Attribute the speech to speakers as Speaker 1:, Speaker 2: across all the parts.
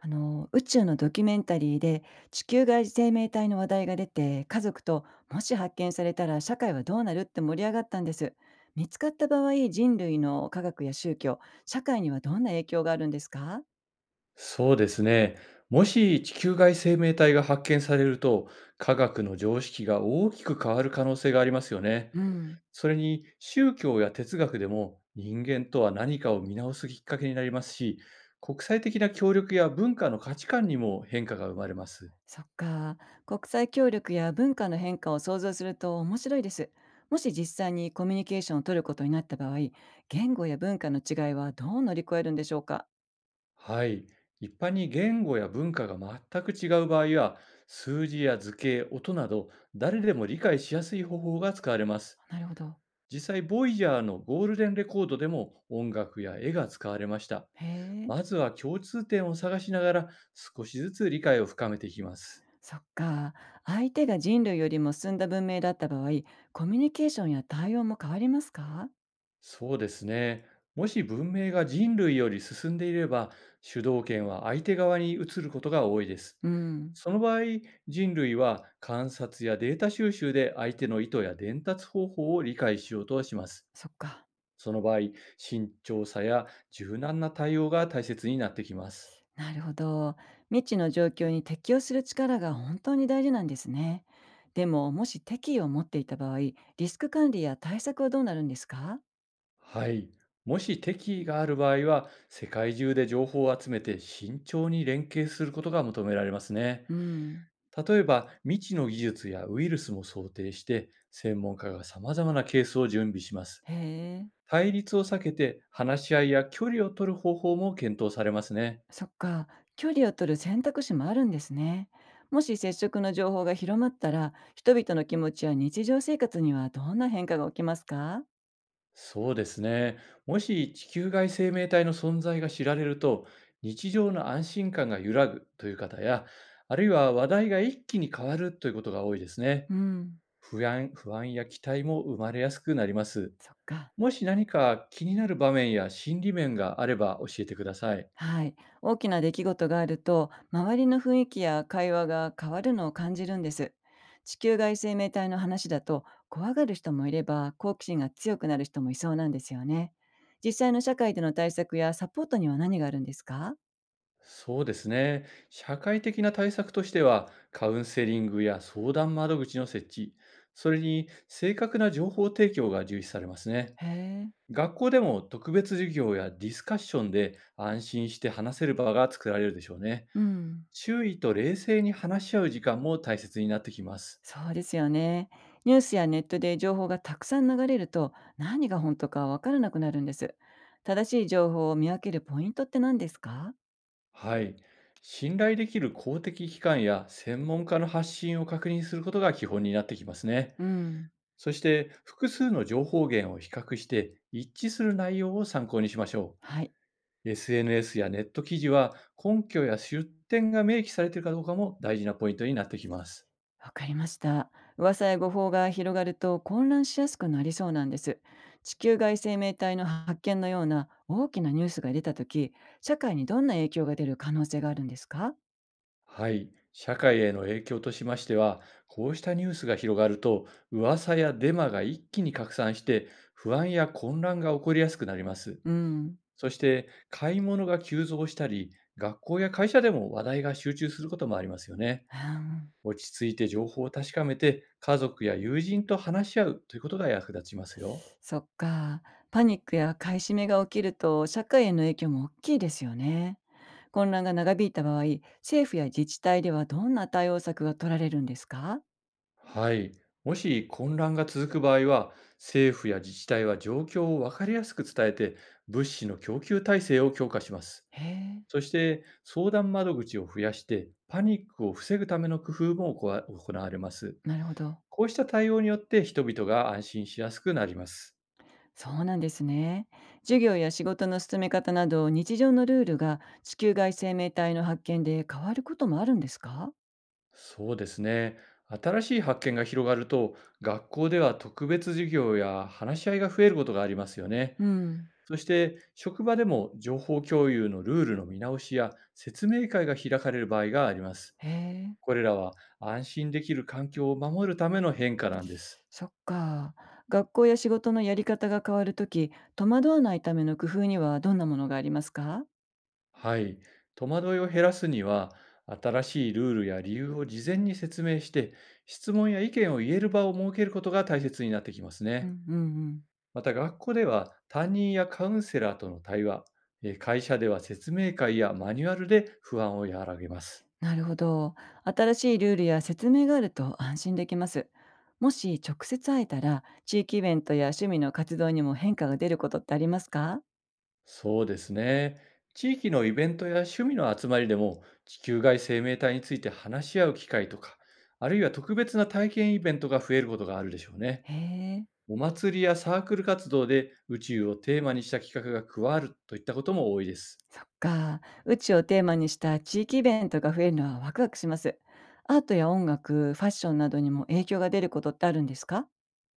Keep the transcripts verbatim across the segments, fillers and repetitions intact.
Speaker 1: あの宇宙のドキュメンタリーで地球外生命体の話題が出て、家族と、もし発見されたら社会はどうなるって盛り上がったんです。見つかった場合、人類の科学や宗教、社会にはどんな影響があるんですか？
Speaker 2: そうですね。もし地球外生命体が発見されると、科学の常識が大きく変わる可能性がありますよね。
Speaker 1: うん、
Speaker 2: それに宗教や哲学でも人間とは何かを見直すきっかけになりますし、国際的な協力や文化の価値観にも変化が生まれます。
Speaker 1: そっか。国際協力や文化の変化を想像すると面白いです。もし実際にコミュニケーションを取ることになった場合、言語や文化の違いはどう乗り越えるんでしょうか？
Speaker 2: はい。一般に言語や文化が全く違う場合は、数字や図形、音など誰でも理解しやすい方法が使われます。
Speaker 1: なるほど。
Speaker 2: 実際、ボイジャーのゴールデンレコードでも音楽や絵が使われました。
Speaker 1: へえ。
Speaker 2: まずは共通点を探しながら少しずつ理解を深めていきます。
Speaker 1: そっか。相手が人類よりも進んだ文明だった場合、コミュニケーションや対応も変わりますか？
Speaker 2: そうですね。もし文明が人類より進んでいれば、主導権は相手側に移ることが多いです。
Speaker 1: うん。
Speaker 2: その場合、人類は観察やデータ収集で相手の意図や伝達方法を理解しようとします。
Speaker 1: そっか。
Speaker 2: その場合、慎重さや柔軟な対応が大切になってきます。
Speaker 1: なるほど。未知の状況に適応する力が本当に大事なんですね。でも、もし敵意を持っていた場合、リスク管理や対策はどうなるんですか？
Speaker 2: はい。もし敵意がある場合は、世界中で情報を集めて慎重に連携することが求められますね。
Speaker 1: うん。
Speaker 2: 例えば、未知の技術やウイルスも想定して、専門家が様々なケースを準備します。
Speaker 1: へえ。
Speaker 2: 対立を避けて、話し合いや距離を取る方法も検討されますね。
Speaker 1: そっか。距離を取る選択肢もあるんですね。もし接触の情報が広まったら、人々の気持ちや日常生活にはどんな変化が起きますか？
Speaker 2: そうですね。もし地球外生命体の存在が知られると、日常の安心感が揺らぐという方や、あるいは話題が一気に変わるということが多いですね。
Speaker 1: うん、
Speaker 2: 不安不安や期待も生まれやすくなります。
Speaker 1: そっか。
Speaker 2: もし何か気になる場面や心理面があれば教えてください。
Speaker 1: はい。大きな出来事があると、周りの雰囲気や会話が変わるのを感じるんです。地球外生命体の話だと、怖がる人もいれば、好奇心が強くなる人もいそうなんですよね。実際の社会での対策やサポートには何があるんですか？
Speaker 2: そうですね。社会的な対策としては、カウンセリングや相談窓口の設置、それに正確な情報提供が重視されますね。
Speaker 1: へえ。
Speaker 2: 学校でも特別授業やディスカッションで安心して話せる場が作られるでしょうね。
Speaker 1: うん。
Speaker 2: 周囲と冷静に話し合う時間も大切になってきます。
Speaker 1: そうですよね。ニュースやネットで情報がたくさん流れると、何が本当かわからなくなるんです。正しい情報を見分けるポイントって何ですか？
Speaker 2: はい。信頼できる公的機関や専門家の発信を確認することが基本になってきますね。
Speaker 1: うん。
Speaker 2: そして、複数の情報源を比較して一致する内容を参考にしましょ
Speaker 1: はい。
Speaker 2: う。エスエヌエス やネット記事は根拠や出典が明記されているかどうかも大事なポイントになってきます。
Speaker 1: わかりました。噂や誤報が広がると混乱しやすくなりそうなんです。地球外生命体の発見のような大きなニュースが出たとき、社会にどんな影響が出る可能性があるんですか？
Speaker 2: はい。社会への影響としましては、こうしたニュースが広がると、噂やデマが一気に拡散して、不安や混乱が起こりやすくなります。
Speaker 1: うん。
Speaker 2: そして買い物が急増したり、学校や会社でも話題が集中することもありますよね。
Speaker 1: あー、
Speaker 2: 落ち着いて情報を確かめて、家族や友人と話し合うということが役立ちますよ。
Speaker 1: そっか。パニックや買い占めが起きると社会への影響も大きいですよね。混乱が長引いた場合、政府や自治体ではどんな対応策が取られるんですか？
Speaker 2: はい。もし混乱が続く場合は、政府や自治体は状況を分かりやすく伝えて、物資の供給体制を強化します。
Speaker 1: へえ、
Speaker 2: そして、相談窓口を増やして、パニックを防ぐための工夫も行わ行われます。
Speaker 1: なるほど。
Speaker 2: こうした対応によって人々が安心しやすくなります。
Speaker 1: そうなんですね。授業や仕事の進め方など日常のルールが地球外生命体の発見で変わることもあるんですか？
Speaker 2: そうですね。新しい発見が広がると、学校では特別授業や話し合いが増えることがありますよね。
Speaker 1: うん。
Speaker 2: そして、職場でも情報共有のルールの見直しや説明会が開かれる場合があります。
Speaker 1: へえ、
Speaker 2: これらは安心できる環境を守るための変化なんです。
Speaker 1: そっか。学校や仕事のやり方が変わるとき、戸惑わないための工夫にはどんなものがありますか？
Speaker 2: はい。戸惑いを減らすには、新しいルールや理由を事前に説明して、質問や意見を言える場を設けることが大切になってきます
Speaker 1: う
Speaker 2: ね。
Speaker 1: んうんうん。
Speaker 2: また学校では担任やカウンセラーとの対話、えー会社では説明会やマニュアルで不安を和らげます。
Speaker 1: なるほど。新しいルールや説明があると安心できます。もし直接会えたら、地域イベントや趣味の活動にも変化が出ることってありますか？
Speaker 2: そうですね。地域のイベントや趣味の集まりでも地球外生命体について話し合う機会とか、あるいは特別な体験イベントが増えることがあるでしょうね。
Speaker 1: へえ。
Speaker 2: お祭りやサークル活動で宇宙をテーマにした企画が加わるといったことも多いです。
Speaker 1: そっか。宇宙をテーマにした地域イベントが増えるのはワクワクします。アートや音楽、ファッションなどにも影響が出ることってあるんですか？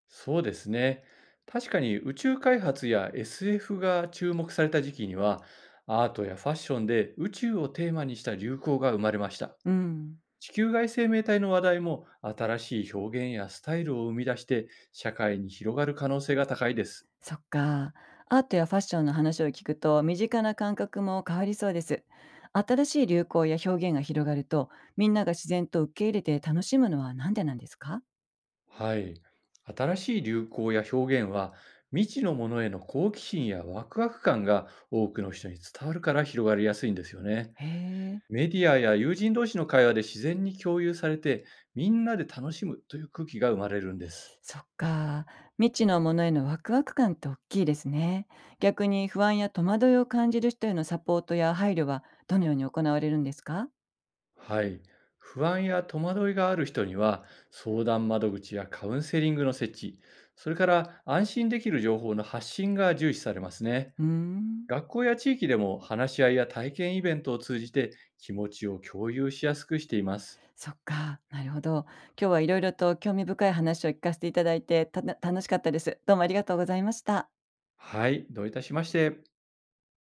Speaker 2: そうですね。確かに宇宙開発や エスエフ が注目された時期には、アートやファッションで宇宙をテーマにした流行が生まれました。
Speaker 1: うん。
Speaker 2: 地球外生命体の話題も新しい表現やスタイルを生み出して社会に広がる可能性が高いです。
Speaker 1: そっか。アートやファッションの話を聞くと、身近な感覚も変わりそうです。新しい流行や表現が広がると、みんなが自然と受け入れて楽しむのは何でなんですか？
Speaker 2: はい。新しい流行や表現は未知のものへの好奇心やワクワク感が多くの人に伝わるから広がりやすいんですよね。
Speaker 1: へえ。
Speaker 2: メディアや友人同士の会話で自然に共有されて、みんなで楽しむという空気が生まれるんです。
Speaker 1: そっか。未知のものへのワクワク感って大きいですね。逆に不安や戸惑いを感じる人へのサポートや配慮はどのように行われるんですか？
Speaker 2: はい。不安や戸惑いがある人には、相談窓口やカウンセリングの設置、それから安心できる情報の発信が重視されますね。
Speaker 1: うーん。
Speaker 2: 学校や地域でも話し合いや体験イベントを通じて気持ちを共有しやすくしています。
Speaker 1: そっか。なるほど。今日はいろいろと興味深い話を聞かせていただいてた楽しかったです。どうもありがとうございました。
Speaker 2: はい。どういたしまして。